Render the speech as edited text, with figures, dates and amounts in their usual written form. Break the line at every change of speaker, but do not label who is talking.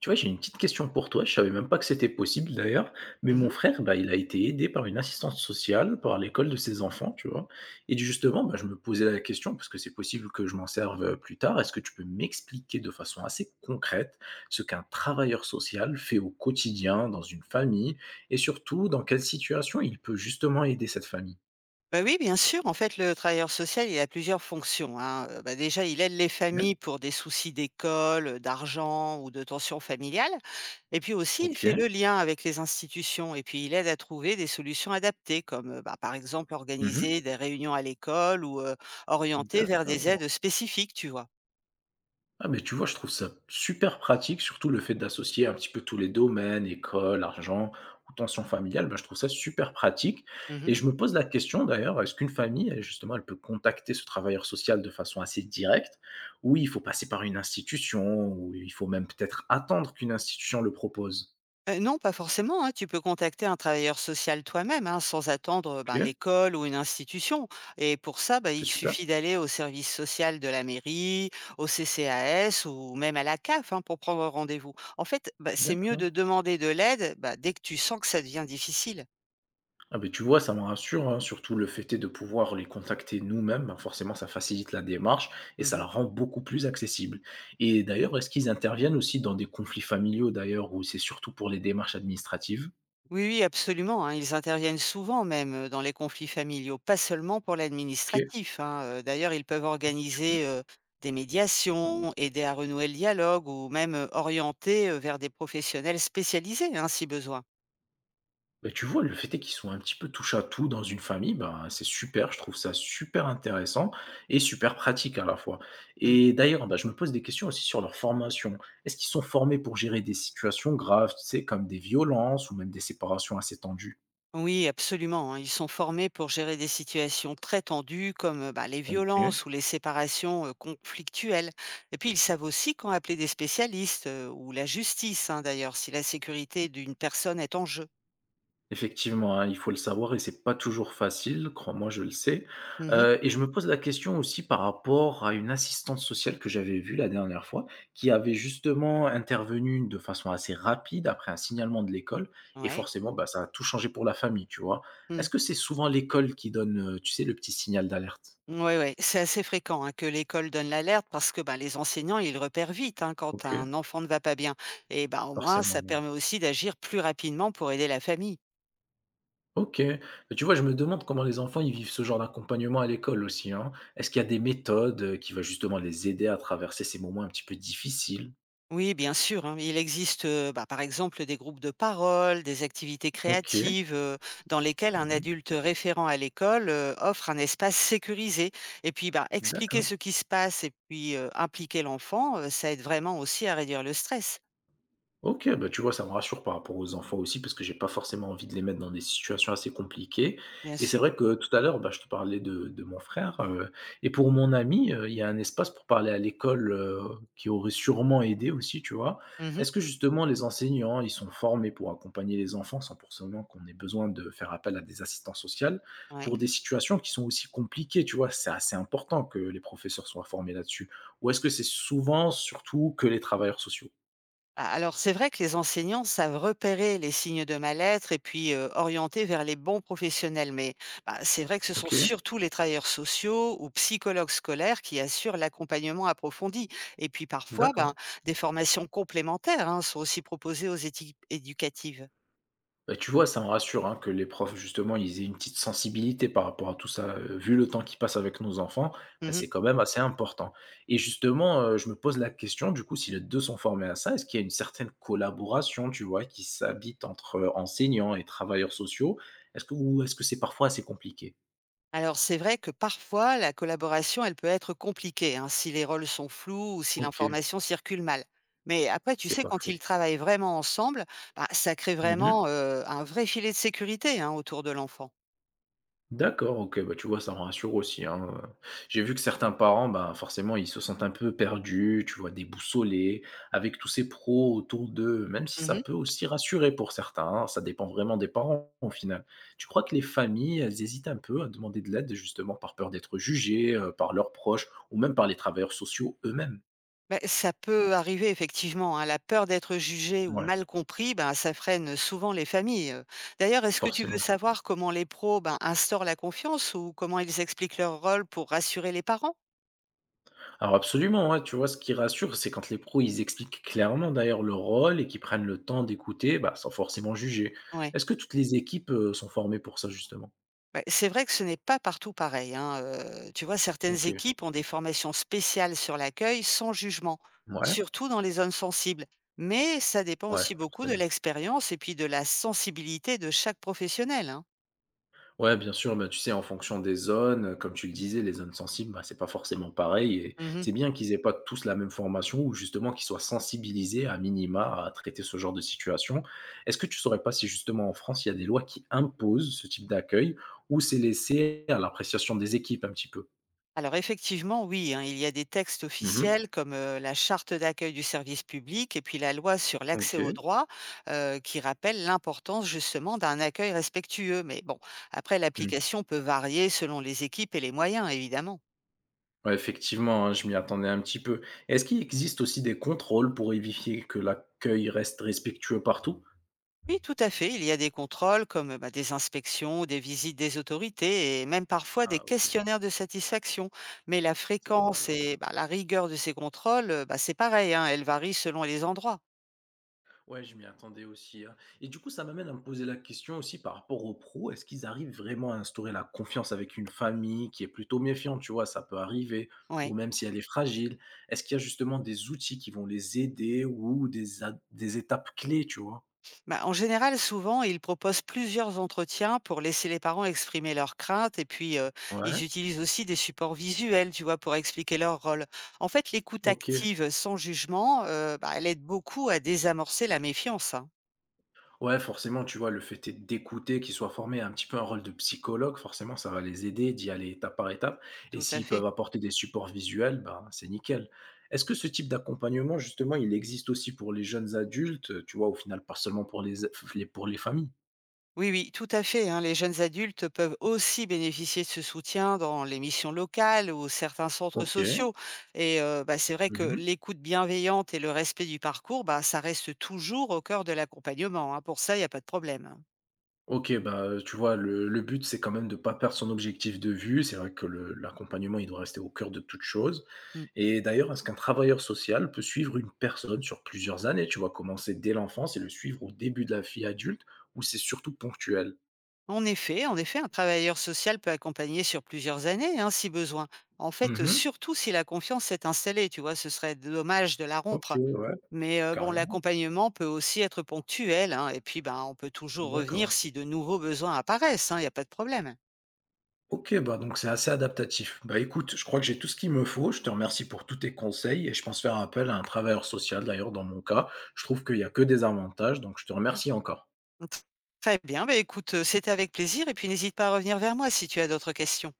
Tu vois, j'ai une petite question pour toi. Je savais même pas que c'était possible d'ailleurs, mais mon
Mmh.
frère, bah, il a été aidé par une assistante sociale, par l'école de ses enfants, tu vois. Et justement, bah, je me posais la question, parce que c'est possible que je m'en serve plus tard. Est-ce que tu peux m'expliquer de façon assez concrète ce qu'un travailleur social fait au quotidien dans une famille et surtout dans quelle situation il peut justement aider cette famille?
Bah, oui, bien sûr. En fait, le travailleur social, il a plusieurs fonctions, hein. Déjà, il aide les
Ok.
familles pour des soucis d'école, d'argent ou de tensions familiales, et puis aussi, il
Ok.
fait le lien avec les institutions et puis il aide à trouver des solutions adaptées comme, par exemple,
Mhm.
organiser des réunions à l'école ou, orienter vers des
D'accord.
aides spécifiques, tu vois?
Ah, mais tu vois, je trouve ça super pratique, surtout le fait d'associer un petit peu tous les domaines, école, argent ou tension familiale, bah, je trouve ça super pratique. Et
Mmh.
je me pose la question d'ailleurs, est-ce qu'une famille, elle, justement, elle peut contacter ce travailleur social de façon assez directe, ou il faut passer par une institution, ou il faut même peut-être attendre qu'une institution le propose?
Non, pas forcément, hein. Tu peux contacter un travailleur social toi-même, hein, sans attendre, ben,
Ok,
l'école ou une institution, et pour ça, bah,
c'est
il
super.
suffit d'aller au service social de la mairie, au CCAS ou même à la CAF, hein, pour prendre rendez-vous. En fait, bah, c'est mieux
D'accord.
de demander de l'aide, bah, dès que tu sens que ça devient difficile.
Ah ben tu vois, ça me rassure, hein, surtout le fait est de pouvoir les contacter nous-mêmes, ben, forcément ça facilite la démarche et ça la
Mmh.
rend beaucoup plus accessible. Et d'ailleurs, est-ce qu'ils interviennent aussi dans des conflits familiaux d'ailleurs, ou c'est surtout pour les démarches administratives?
Oui, oui, absolument, hein. Ils interviennent souvent même, dans les conflits familiaux, pas seulement pour
OK,
l'administratif, hein, d'ailleurs, ils peuvent
ah super.
organiser, des médiations, aider à renouer le dialogue ou même, orienter, vers des professionnels spécialisés, hein, si besoin.
Bah, tu vois, le fait est qu'ils sont un petit peu touche à tout dans une famille, ben, c'est super, je trouve ça super intéressant et super pratique à la fois.
Mmh.
Et d'ailleurs, bah, je me pose des questions aussi sur leur formation. Est-ce qu'ils sont formés pour gérer des situations graves, tu sais, comme des violences ou même des séparations assez tendues?
Oui, absolument, hein, ils sont formés pour gérer des situations très tendues comme, les
OK.
violences ou les séparations, conflictuelles, et puis ils savent aussi quand appeler des spécialistes, ou la justice, hein, d'ailleurs, si la sécurité d'une personne est en jeu.
Effectivement, hein, il faut le savoir et c'est pas toujours facile, crois-moi, je le sais,
Mmh.
et je me pose la question aussi par rapport à une assistante sociale que j'avais vue la dernière fois, qui avait justement intervenu de façon assez rapide après un signalement de l'école et
Ouais.
forcément, bah, ça a tout changé pour la famille, tu vois?
Mmh.
Est-ce que c'est souvent l'école qui donne, tu sais, le petit signal d'alerte?
Ouais, ouais, c'est assez fréquent, hein, que l'école donne l'alerte parce que, ben, les enseignants, ils repèrent vite, hein, quand
OK,
un enfant ne va pas bien, et ben, au moins,
forcément.
ça permet aussi d'agir plus rapidement pour aider la famille.
OK. Bah, tu vois, je me demande comment les enfants, ils vivent ce genre d'accompagnement à l'école aussi, hein. Est-ce qu'il y a des méthodes, qui va justement les aider à traverser ces moments un petit peu difficiles?
Oui, bien sûr, hein, il existe, par exemple, des groupes de parole, des activités
OK.
créatives, dans lesquelles un
Mmh.
adulte référent à l'école, offre un espace sécurisé, et puis, bah, expliquer ce
D'accord.
qui se passe et puis, impliquer l'enfant, ça aide vraiment aussi à réduire le stress.
OK, bah, tu vois, ça me rassure par rapport aux enfants aussi, parce que j'ai pas forcément envie de les mettre dans des situations assez compliquées
Bien
et c'est
sûr.
vrai que tout à l'heure, bah, je te parlais de mon frère, et pour mon ami, il y a un espace pour parler à l'école, qui aurait sûrement aidé aussi, tu vois?
Mmh.
Est-ce que justement les enseignants, ils sont formés pour accompagner les enfants sans forcément qu'on ait besoin de faire appel à des assistants sociaux pour
Ouais.
des situations qui sont aussi compliquées, tu vois? C'est assez important que les professeurs soient formés là-dessus ou est-ce que c'est souvent surtout que les travailleurs sociaux?
A alors c'est vrai que les enseignants savent repérer les signes de mal-être et puis, orienter vers les bons professionnels, mais bah, c'est vrai que ce sont
OK.
surtout les travailleurs sociaux ou psychologues scolaires qui assurent l'accompagnement approfondi, et puis parfois,
D'accord.
ben, des formations complémentaires, hein, sont aussi proposées aux équipes éducatives.
Bah, tu vois, ça me rassure, hein, que les profs, justement, ils aient une petite sensibilité par rapport à tout ça, vu le temps qu'ils passent avec nos enfants, bah,
Mmh.
c'est quand même assez important et justement, je me pose la question, du coup, si les 2 sont formés à ça, est-ce qu'il y a une certaine collaboration, tu vois, qui s'habite entre, enseignants et travailleurs sociaux? Est-ce que ou est-ce que c'est parfois assez compliqué?
Alors c'est vrai que parfois la collaboration, elle peut être compliquée, hein, si les rôles sont flous ou si
OK,
l'information circule mal. Mais après, tu
c'est
sais,
pas
quand
faux.
ils travaillent vraiment ensemble, bah, ça crée
Mmh.
vraiment un vrai filet de sécurité, hein, autour de l'enfant.
D'accord, OK, bah, tu vois, ça me rassure aussi, hein, J'ai vu que certains parents, bah forcément, ils se sentent un peu perdus, tu vois, déboussolés, avec tous ces pros autour d'eux, même si ça
Mhm.
peut aussi rassurer pour certains, hein, ça dépend vraiment des parents, au final. Tu crois que les familles, elles hésitent un peu à demander de l'aide, justement, par peur d'être jugées, par leurs proches ou même par les travailleurs sociaux eux-mêmes?
Ben, ça peut arriver effectivement, hein. La peur d'être jugé ou
Ouais,
mal compris, ben, ça freine souvent les familles. D'ailleurs, est-ce que tu
forcément.
veux savoir comment les pros, ben, instaurent la confiance ou comment ils expliquent leur rôle pour rassurer les parents?
Alors absolument, ouais, tu vois, ce qui rassure, c'est quand les pros, ils expliquent clairement d'ailleurs leur rôle et qu'ils prennent le temps d'écouter, bah, sans forcément juger.
Ouais.
Est-ce que toutes les équipes, sont formées pour ça justement?
Bah, c'est vrai que ce n'est pas partout pareil, hein, tu vois, certaines
OK.
équipes ont des formations spéciales sur l'accueil sans jugement,
Ouais,
surtout dans les zones sensibles. Mais ça dépend
ouais,
aussi beaucoup de
forcément.
l'expérience et puis de la sensibilité de chaque professionnel, hein.
Ouais, bien sûr, bah, tu sais, en fonction des zones, comme tu le disais, les zones sensibles, bah, c'est pas forcément pareil et
Mmh.
c'est bien qu'ils aient pas tous la même formation ou justement qu'ils soient sensibilisés à minima à traiter ce genre de situation. Est-ce que tu saurais pas si justement en France, il y a des lois qui imposent ce type d'accueil ou c'est laissé à l'appréciation des équipes un petit peu?
Alors effectivement, oui, hein, il y a des textes
Mmh.
officiels comme, la charte d'accueil du service public et puis la loi sur l'accès aux
OK.
droits, qui rappellent l'importance justement d'un accueil respectueux. Mais bon, après
Mmh.
l'application peut varier selon les équipes et les moyens, évidemment.
Ouais, effectivement, hein, je m'y attendais un petit peu. Est-ce qu'il existe aussi des contrôles pour éviter que l'accueil reste respectueux partout?
Oui, tout à fait. Il y a des contrôles comme, bah, des inspections, des visites des autorités et même parfois des
Ah OK,
questionnaires de satisfaction. Mais la
c'est pas mal,
fréquence
ouais.
et, bah, la rigueur de ces contrôles, bah, c'est pareil, hein, elle varie selon les endroits.
Ouais, je m'y attendais aussi, hein. Et du coup, ça m'amène à me poser la question aussi par rapport aux pros. Est-ce qu'ils arrivent vraiment à instaurer la confiance avec une famille qui est plutôt méfiante, tu vois? Ça peut arriver, ou
Ouais.
même si elle est fragile. Est-ce qu'il y a justement des outils qui vont les aider ou des étapes clés, tu vois?
Bah, en général, souvent, ils proposent plusieurs entretiens pour laisser les parents exprimer leurs craintes et puis
Ouais,
ils utilisent aussi des supports visuels, tu vois, pour expliquer leur rôle. En fait, l'écoute
ok.
active sans jugement, bah, elle aide beaucoup à désamorcer la méfiance, hein.
Ouais, forcément, tu vois, le fait est d'écouter, qu'ils soient formés à un petit peu un rôle de psychologue, forcément, ça va les aider d'y aller étape par étape. Et
Tout à
s'ils
fait.
peuvent apporter des supports visuels, ben, c'est nickel. Est-ce que ce type d'accompagnement, justement, il existe aussi pour les jeunes adultes, tu vois, au final, pas seulement pour pour les familles?
Oui, oui, tout à fait, hein. Les jeunes adultes peuvent aussi bénéficier de ce soutien dans les missions locales ou certains centres
Ok.
sociaux. Et bah, c'est vrai que
Mhm.
l'écoute bienveillante et le respect du parcours, bah, ça reste toujours au cœur de l'accompagnement, hein. Pour ça, il n'y a pas de problème, hein.
OK, bah, tu vois, le but, c'est quand même de ne pas perdre son objectif de vue. C'est vrai que le l'accompagnement, il doit rester au cœur de toute chose
Mm.
et d'ailleurs, est-ce qu'un travailleur social peut suivre une personne sur plusieurs années, tu vois? Commencer dès l'enfance et le suivre au début de la vie adulte ou c'est surtout ponctuel?
En effet, un travailleur social peut accompagner sur plusieurs années, hein, si besoin. En fait,
Mmh.
surtout si la confiance s'est installée, tu vois, ce serait dommage de la
OK,
rompre.
ouais,
Mais bon,
carrément.
l'accompagnement peut aussi être ponctuel, hein, et puis ben, on peut toujours revenir
D'accord.
si de nouveaux besoins apparaissent, hein, il n'y a pas de problème.
OK, bah, donc c'est assez adaptatif. Bah, écoute, je crois que j'ai tout ce qu'il me faut. Je te remercie pour tous tes conseils et je pense faire appel à un travailleur social, d'ailleurs, dans mon cas. Je trouve qu'il y a que des avantages, donc je te remercie encore.
Tr- Très bien, ben, écoute, c'était avec plaisir, et puis n'hésite pas à revenir vers moi si tu as d'autres questions.